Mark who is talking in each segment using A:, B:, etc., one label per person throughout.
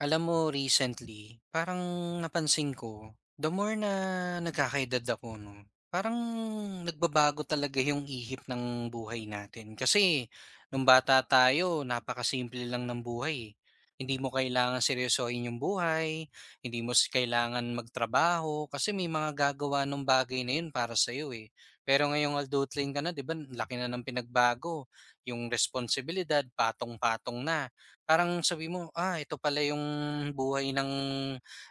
A: Alam mo recently, parang napansin ko, the more na nagkakaedad ako 'no, parang nagbabago talaga yung ihip ng buhay natin. Kasi nung bata tayo napakasimple lang ng buhay, eh. Hindi mo kailangan seryosohin yung buhay, hindi mo kailangan magtrabaho kasi may mga gagawa ng bagay na yun para sa'yo, eh. Pero ngayong adulthood ka na 'di ba, ang laki na ng pinagbago, yung responsibilidad patong-patong na. Parang sabi mo, "Ah, ito pala yung buhay ng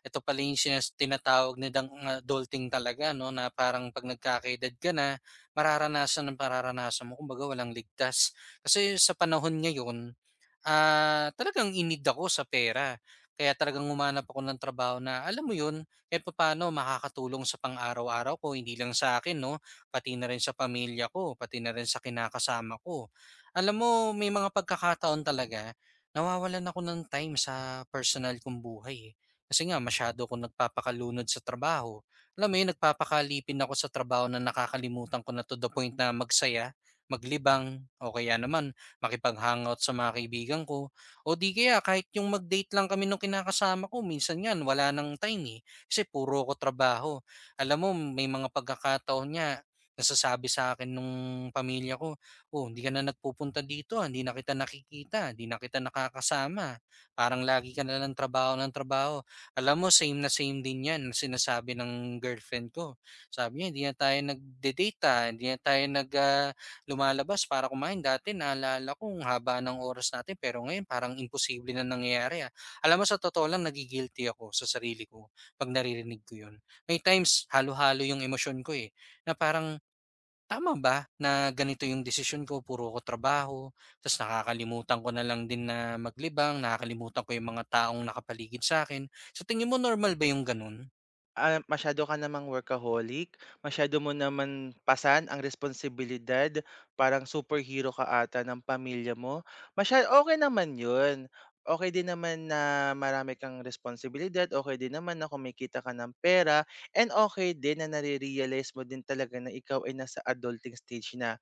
A: ito pala yung tinatawag nilang adulting talaga 'no." Na parang 'pag nagkakaedad ka na, mararanasan ng mararanasan mo. Kumbaga walang ligtas. Kasi sa panahon ngayon talagang in ako sa pera. Kaya talagang humanap ako ng trabaho na alam mo yun, kahit papaano makakatulong sa pang-araw-araw ko, hindi lang sa akin, no? Pati na rin sa pamilya ko, pati na rin sa kinakasama ko. Alam mo, may mga pagkakataon talaga, nawawalan ako ng time sa personal kong buhay, eh. Kasi nga, masyado ako nagpapakalunod sa trabaho. Alam mo yun, nagpapakalipin ako sa trabaho na nakakalimutan ko na to the point na magsaya, maglibang, o kaya naman makipag-hangout sa mga kaibigan ko. O di kaya kahit yung mag-date lang kami nung kinakasama ko, minsan nga wala ng time eh, kasi puro ko trabaho. Alam mo may mga pagkakataon nga, nasasabi sa akin nung pamilya ko, "Oh, hindi ka na nagpupunta dito, ah, hindi na kita nakikita, hindi na kita nakakasama, parang lagi ka na lang trabaho ng trabaho." Alam mo same na same din 'yan na sinasabi ng girlfriend ko. Sabi niya, "Hindi na tayo nagde-date, ah, hindi na tayo lumalabas para kumain. Dati naalala ko ang haba ng oras natin pero ngayon parang imposible na nangyayari, ah." Alam mo sa totoo lang nagi-guilty ako sa sarili ko 'pag naririnig ko 'yun. May times halo-halo 'yung emosyon ko, eh, na parang, "Tama ba na ganito 'yung desisyon ko, puro ko trabaho." Tapos nakakalimutan ko na lang din na maglibang, nakakalimutan ko 'yung mga taong nakapaligid sa'kin. Sa tingin mo normal ba 'yung gano'n?
B: Ah, masyado ka namang workaholic, masyado mo naman pasan ang responsibilidad, parang superhero ka ata ng pamilya mo. Masya okay naman 'yun. Okay din naman na marami kang responsibilidad, okay din naman na kumikita ka ng pera, and okay din na nare-realize mo din talaga na ikaw ay nasa adulting stage na.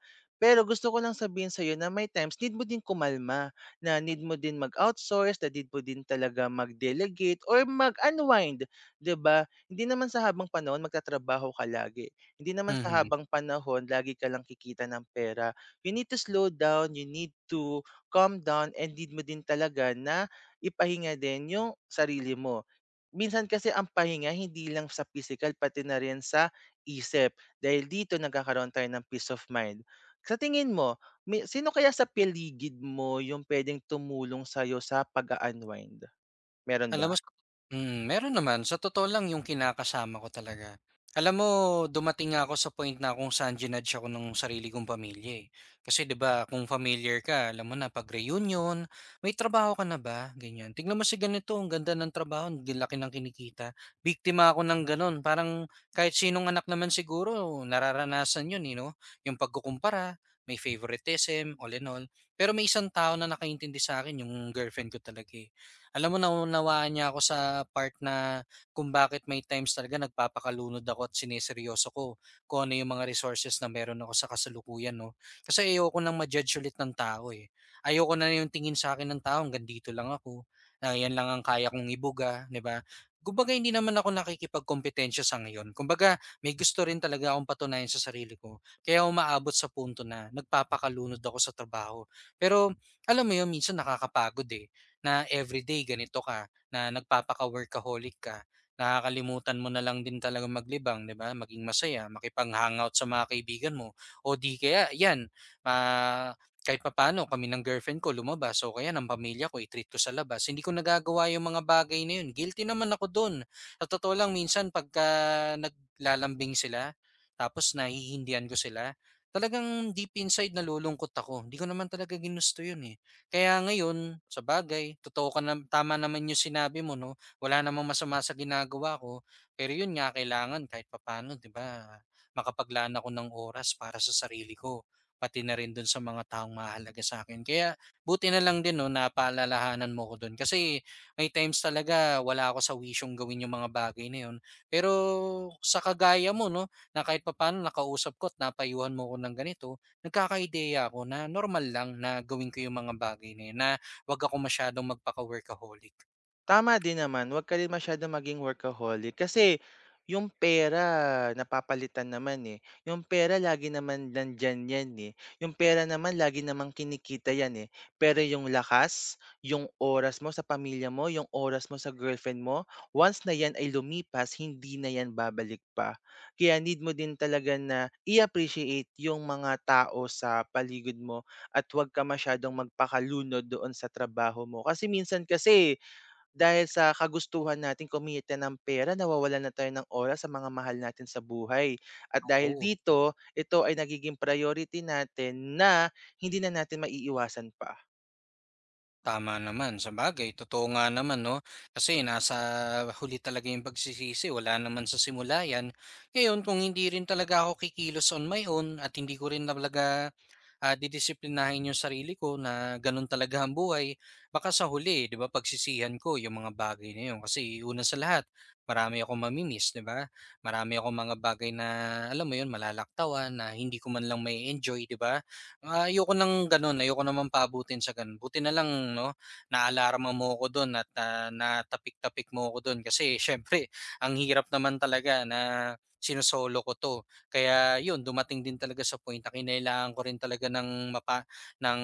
B: Pero gusto ko lang sabihin sa'yo na may times need mo din kumalma, na need mo din mag-outsource, na need mo din talaga mag-delegate or mag-unwind, 'di ba? Hindi naman sa habang panahon magtatrabaho ka lagi. Hindi naman sa
A: Mhm.
B: habang panahon lagi ka lang kikita ng pera. You need to slow down, you need to calm down, and need mo din talaga na ipahinga din yung sarili mo. Minsan kasi ang pahinga hindi lang sa physical, pati na rin sa isip. Dahil dito nagkakaroon tayo ng peace of mind. Sa tingin mo, may, sino kaya sa paligid mo yung pwedeng tumulong sa'yo sa pag-unwind? Meron ba?
A: Alam mo s mm, Meron naman. Sa totoo lang yung kinakasama ko talaga. Alam mo dumating nga ako sa point na kung saan jinudge ako ng sarili kong pamilya, eh. Kasi 'di ba kung familiar ka alam mo na 'pag reunion, "May trabaho ka na ba?" Ganyan. "Tingnan mo si ganito, ang ganda ng trabaho, ang laki ng kinikita." Biktima ako ng gano'n. Parang kahit sinong anak naman siguro nararanasan 'yun, eh, 'no? Yung pagkukumpara, may favoritism, all in all. Pero may isang tao na nakaintindi sa akin, yung girlfriend ko talaga, eh. Alam mo naunawaan niya ako sa part na kung bakit may times talaga nagpapakalunod ako at sineseryoso ko kung ano yung mga resources na meron ako sa kasalukuyan 'no. Kasi ayoko nang ma-judge ulit ng tao, eh. Ayoko na yung tingin sa akin ng tao hanggang dito lang ako, na 'yan lang ang kaya kong ibuga, 'di ba? Kumbaga hindi naman ako nakikipagkompetensya sa ngayon. Kumbaga may gusto rin talaga akong patunayan sa sarili ko kaya umaabot sa punto na nagpapakalunod ako sa trabaho. Pero alam mo yun minsan nakakapagod, eh, na everyday ganito ka, na nagpapaka-workaholic ka, nakakalimutan mo na lang din talagang maglibang, 'di ba? Maging masaya, makipag-hangout sa mga kaibigan mo o di kaya 'yan, ah, kahit papaano kami ng girlfriend ko lumabas o kaya ng pamilya ko i-treat ko sa labas. Hindi ko nagagawa yung mga bagay na yun. Guilty naman ako dun. Sa totoo lang minsan pagka naglalambing sila, tapos nahihindihan ko sila, talagang deep inside nalulungkot ako. Hindi ko naman talaga ginusto yun, eh. Kaya ngayon, sabagay, totoo ka na tama naman yung sinabi mo 'no, wala namang masama sa ginagawa ko. Pero yun nga, kailangan kahit papaano 'di ba, makapaglaan ako ng oras para sa sarili ko, pati na rin dun sa mga taong mahalaga sa akin. Kaya buti na lang din 'no, napaalalahanan mo ko dun kasi may times talaga wala ako sa wisyong gawin yung mga bagay na yun. Pero sa kagaya mo 'no, na kahit papaano nakausap ko at napayuhan mo ko ng ganito, nagkakaideya ako na normal lang na gawin ko yung mga bagay na yun, na 'wag ako masyadong magpaka-workaholic.
B: Tama din naman, 'wag ka rin masyadong maging workaholic kasi yung pera napapalitan naman, eh. Yung pera lagi naman nandiyan 'yan, eh. Yung pera naman lagi naman kinikita 'yan, eh. Pero yung lakas, yung oras mo sa pamilya mo, yung oras mo sa girlfriend mo, once na 'yan ay lumipas, hindi na 'yan babalik pa. Kaya need mo din talaga na i-appreciate yung mga tao sa paligid mo at 'wag ka masyadong magpakalunod doon sa trabaho mo. Kasi minsan kasi dahil sa kagustuhan nating kumita ng pera nawawalan na tayo ng oras sa mga mahal natin sa buhay. At dahil
A: Oo,
B: dito, ito ay nagiging priority natin na hindi na natin maiiwasan pa.
A: tama naman. Sabagay totoo nga naman 'no, kasi nasa huli talaga yung pagsisisi, wala naman sa simula yan. Ngayon kung hindi rin talaga ako kikilos on my own at hindi ko rin talaga didisiplinahin yung sarili ko na ganun talaga ang buhay, baka sa huli, 'di ba, pagsisihan ko yung mga bagay na yun. Kasi una sa lahat, marami akong mamimiss, 'di ba? Marami akong mga bagay na alam mo yun, malalaktawan na hindi ko man lang may enjoy, 'di ba? Ah, ayoko nang ganun, ayoko naman paabutin sa ganun. Buti na lang, no, naalarma mo ko doon at natapik-tapik mo ko doon kasi syempre, ang hirap naman talaga na sinosolo ko to. Kaya yun, dumating din talaga sa point na kinailangan ko rin talaga ng mapa ng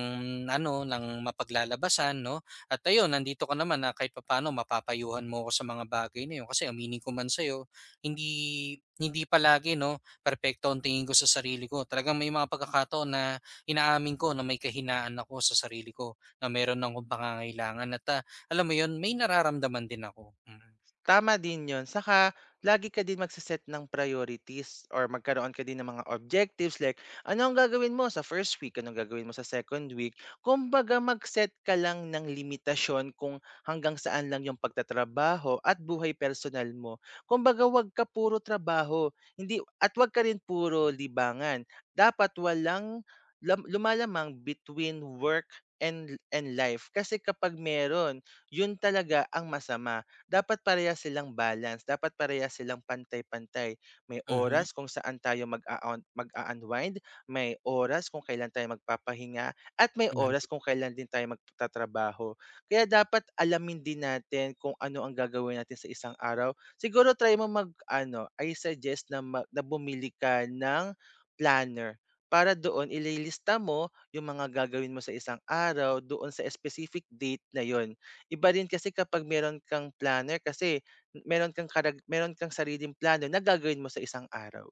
A: ano, ng mapaglalabasan 'no, at ayun nandito ka naman na kahit papaano mapapayuhan mo ako sa mga bagay na yun. Kasi aminin ko man sa'yo, hindi hindi palagi 'no, perpekto ang tingin ko sa sarili ko. Talagang may mga pagkakataon na inaamin ko na may kahinaan ako sa sarili ko, na meron akong pangangailangan at, ah, alam mo yun, may nararamdaman din ako. Mm.
B: Tama din 'yon, saka lagi ka din magse ng priorities or magkaroon ka din ng mga objectives like ano ang gagawin mo sa first week, anong gagawin mo sa second week. Kumbaga mag-set ka lang ng limitasyon kung hanggang saan lang yung pagtatrabaho at buhay personal mo. Kumbaga 'wag ka puro trabaho, hindi at 'wag ka rin puro libangan. Dapat walang lam lumalamang between work and life kasi kapag meron, 'yun talaga ang masama dapat parehas silang balance, dapat parehas silang pantay-pantay. May
A: Mhm,
B: oras kung saan tayo mag a mag-a-unwind, may oras kung kailan tayo magpapahinga, at may
A: mhm.
B: oras kung kailan din tayo magtatrabaho. Kaya dapat alamin din natin kung ano ang gagawin natin sa isang araw. Siguro try mo mag-ano, I suggest na mag na bumili ka ng planner. Para doon ililista mo yung mga gagawin mo sa isang araw doon sa specific date na yon. Iba rin kasi kapag meron kang planner kasi meron kang karag meron kang sariling plano na gagawin mo sa isang araw.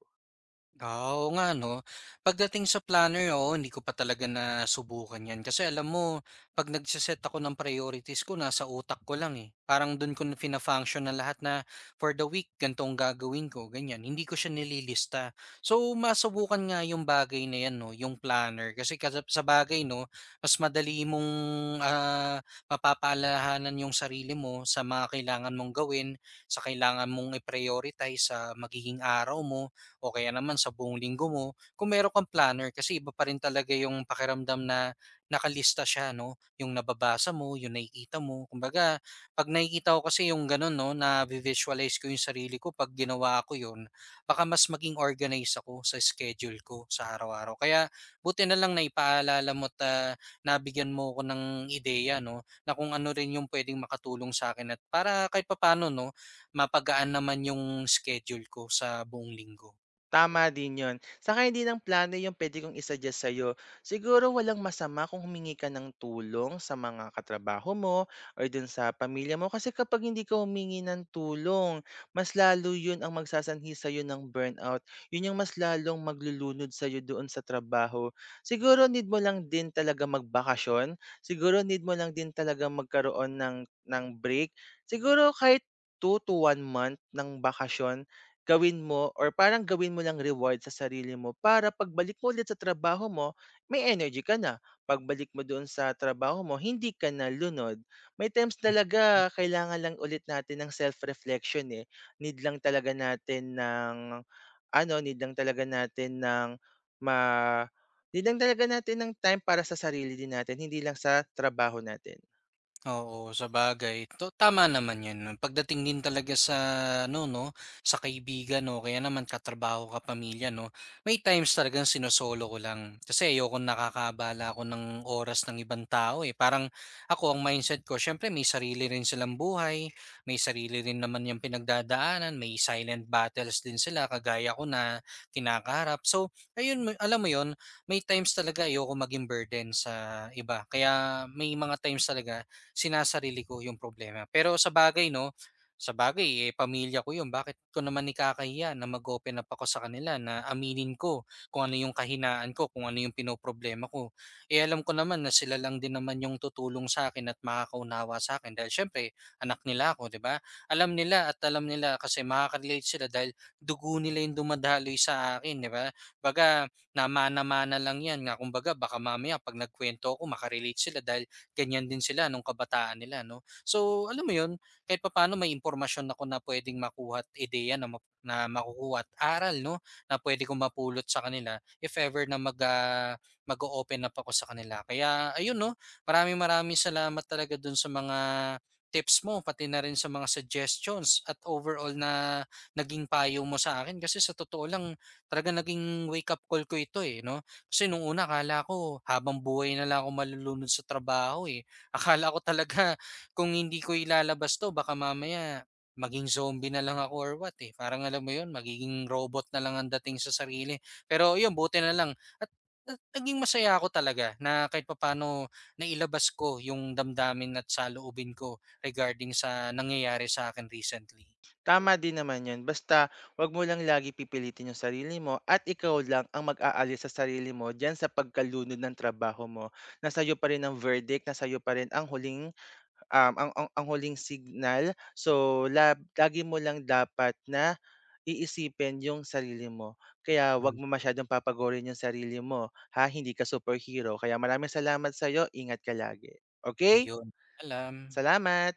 A: Ah, oo nga 'no. Pagdating sa planner, oo, hindi ko pa talaga nasubukan 'yan kasi alam mo 'pag nagse-set ako ng priorities ko nasa utak ko lang, eh. Parang dun ko na fina-function na lahat na for the week ganito ang gagawin ko, ganyan. Hindi ko siya nililista. So, masubukan nga yung bagay na 'yan 'no, yung planner kasi kasab sa bagay 'no, mas madali mong, ah, mapapaalalahanan yung sarili mo sa mga kailangan mong gawin, sa kailangan mong i-prioritize sa magiging araw mo o kaya naman sa buong linggo mo, kung meron kang planner kasi iba pa rin talaga yung pakiramdam na nakalista siya, no? Yung nababasa mo, yung nakikita mo. Kumbaga, pag nakikita ko kasi yung ganun, no, na visualize ko yung sarili ko pag ginawa ko yun, baka mas maging organized ako sa schedule ko sa araw-araw. Kaya buti na lang na ipaalala mo at nabigyan mo ko ng ideya, no, na kung ano rin yung pwedeng makatulong sa akin at para kahit papano, no, mapagaan naman yung schedule ko sa buong linggo.
B: Tama din 'yon. Saka hindi lang plano 'yung pwede kong i-suggest sa'yo. Siguro walang masama kung humingi ka ng tulong sa mga katrabaho mo or do'n sa pamilya mo kasi kapag hindi ka humingi ng tulong, mas lalo 'yun ang magsasanhi sa'yo ng burnout. 'Yun 'yung mas lalong maglulunod sa'yo doon sa trabaho. Siguro need mo lang din talaga magbakasyon, siguro need mo lang din talaga magkaroon ng break. Siguro kahit two to one month ng bakasyon gawin mo or parang gawin mo ng reward sa sarili mo para pagbalik mo ulit sa trabaho mo, may energy ka na. Pagbalik mo doon sa trabaho mo, hindi ka na lunod. May times talaga kailangan lang ulit natin ng self-reflection eh. Need lang talaga natin ng ano, need lang talaga natin ng ma need lang talaga natin ng time para sa sarili din natin, hindi lang sa trabaho natin.
A: Oo, sa bagay. To tama naman 'yun 'no, pagdating din talaga sa ano 'no, sa kaibigan no kaya naman katrabaho, pamilya 'no, may times talagang sinosolo ko lang. Kasi ayokong nakakabala ako ng oras ng ibang tao, eh. Parang ako ang mindset ko siyempre may sarili rin silang buhay, may sarili rin naman yung pinagdadaanan, may silent battles din sila kagaya ko na kinakaharap. So, ayun mo alam mo 'yun, may times talaga ayokong maging burden sa iba. Kaya may mga times talaga sinasarili ko yung problema. Pero sa bagay 'no, sa bagay eh, pamilya ko yun, bakit ko naman ikakahiya na mag-open up ako sa kanila na aminin ko kung ano yung kahinaan ko, kung ano yung pinoproblema ko. Eh, alam ko naman na sila lang din naman yung tutulong sa akin at makakaunawa sa'kin dahil siyempre anak nila ako, 'di ba? Alam nila at alam nila kasi makaka-relate sila dahil dugo nila yung dumadaloy sa akin, 'di ba? Kumbaga, namana-mana lang yan nga kumbaga baka mamaya 'pag nagkuwento ako maka-relate sila dahil ganyan din sila nung kabataan nila, no? So, alam mo yun, kahit papaano may impormasyon ako na pwedeng makuha at ideya na makukuha at aral, no? Na pwede kong mapulot sa kanila if ever na mag-open up ako sa kanila. Kaya, ayun, no? Maraming maraming salamat talaga dun sa mga tips mo, pati na rin sa mga suggestions at overall na naging payo mo sa akin kasi sa totoo lang talaga naging wake up call ko ito, eh, no? Kasi nung una akala ko habang buhay na lang ako malulunod sa trabaho, eh. Akala ko talaga kung hindi ko ilalabas 'to baka mamaya maging zombie na lang ako or what, eh. Parang alam mo 'yun, magiging robot na lang ang dating sa sarili. Pero 'yun, buti na lang at at naging masaya ako talaga na kahit papaano nailabas ko yung damdamin at saloobin ko regarding sa nangyayari sa akin recently.
B: Tama din naman 'yun, basta 'wag mo lang lagi pipilitin 'yung sarili mo at ikaw lang ang mag-aalis sa sarili mo diyan sa pagkalunod ng trabaho mo. Nasayo pa rin ang verdict, nasayo pa rin ang huling, ang ang huling signal. So, la lagi mo lang dapat na iisipin 'yung sarili mo. Kaya 'wag
A: Hmm.
B: mo masyadong papagorin 'yung sarili mo, ha, hindi ka superhero. Kaya maraming salamat sa'yo, ingat ka lagi. Okay?
A: Ayun, paalam.
B: Salamat.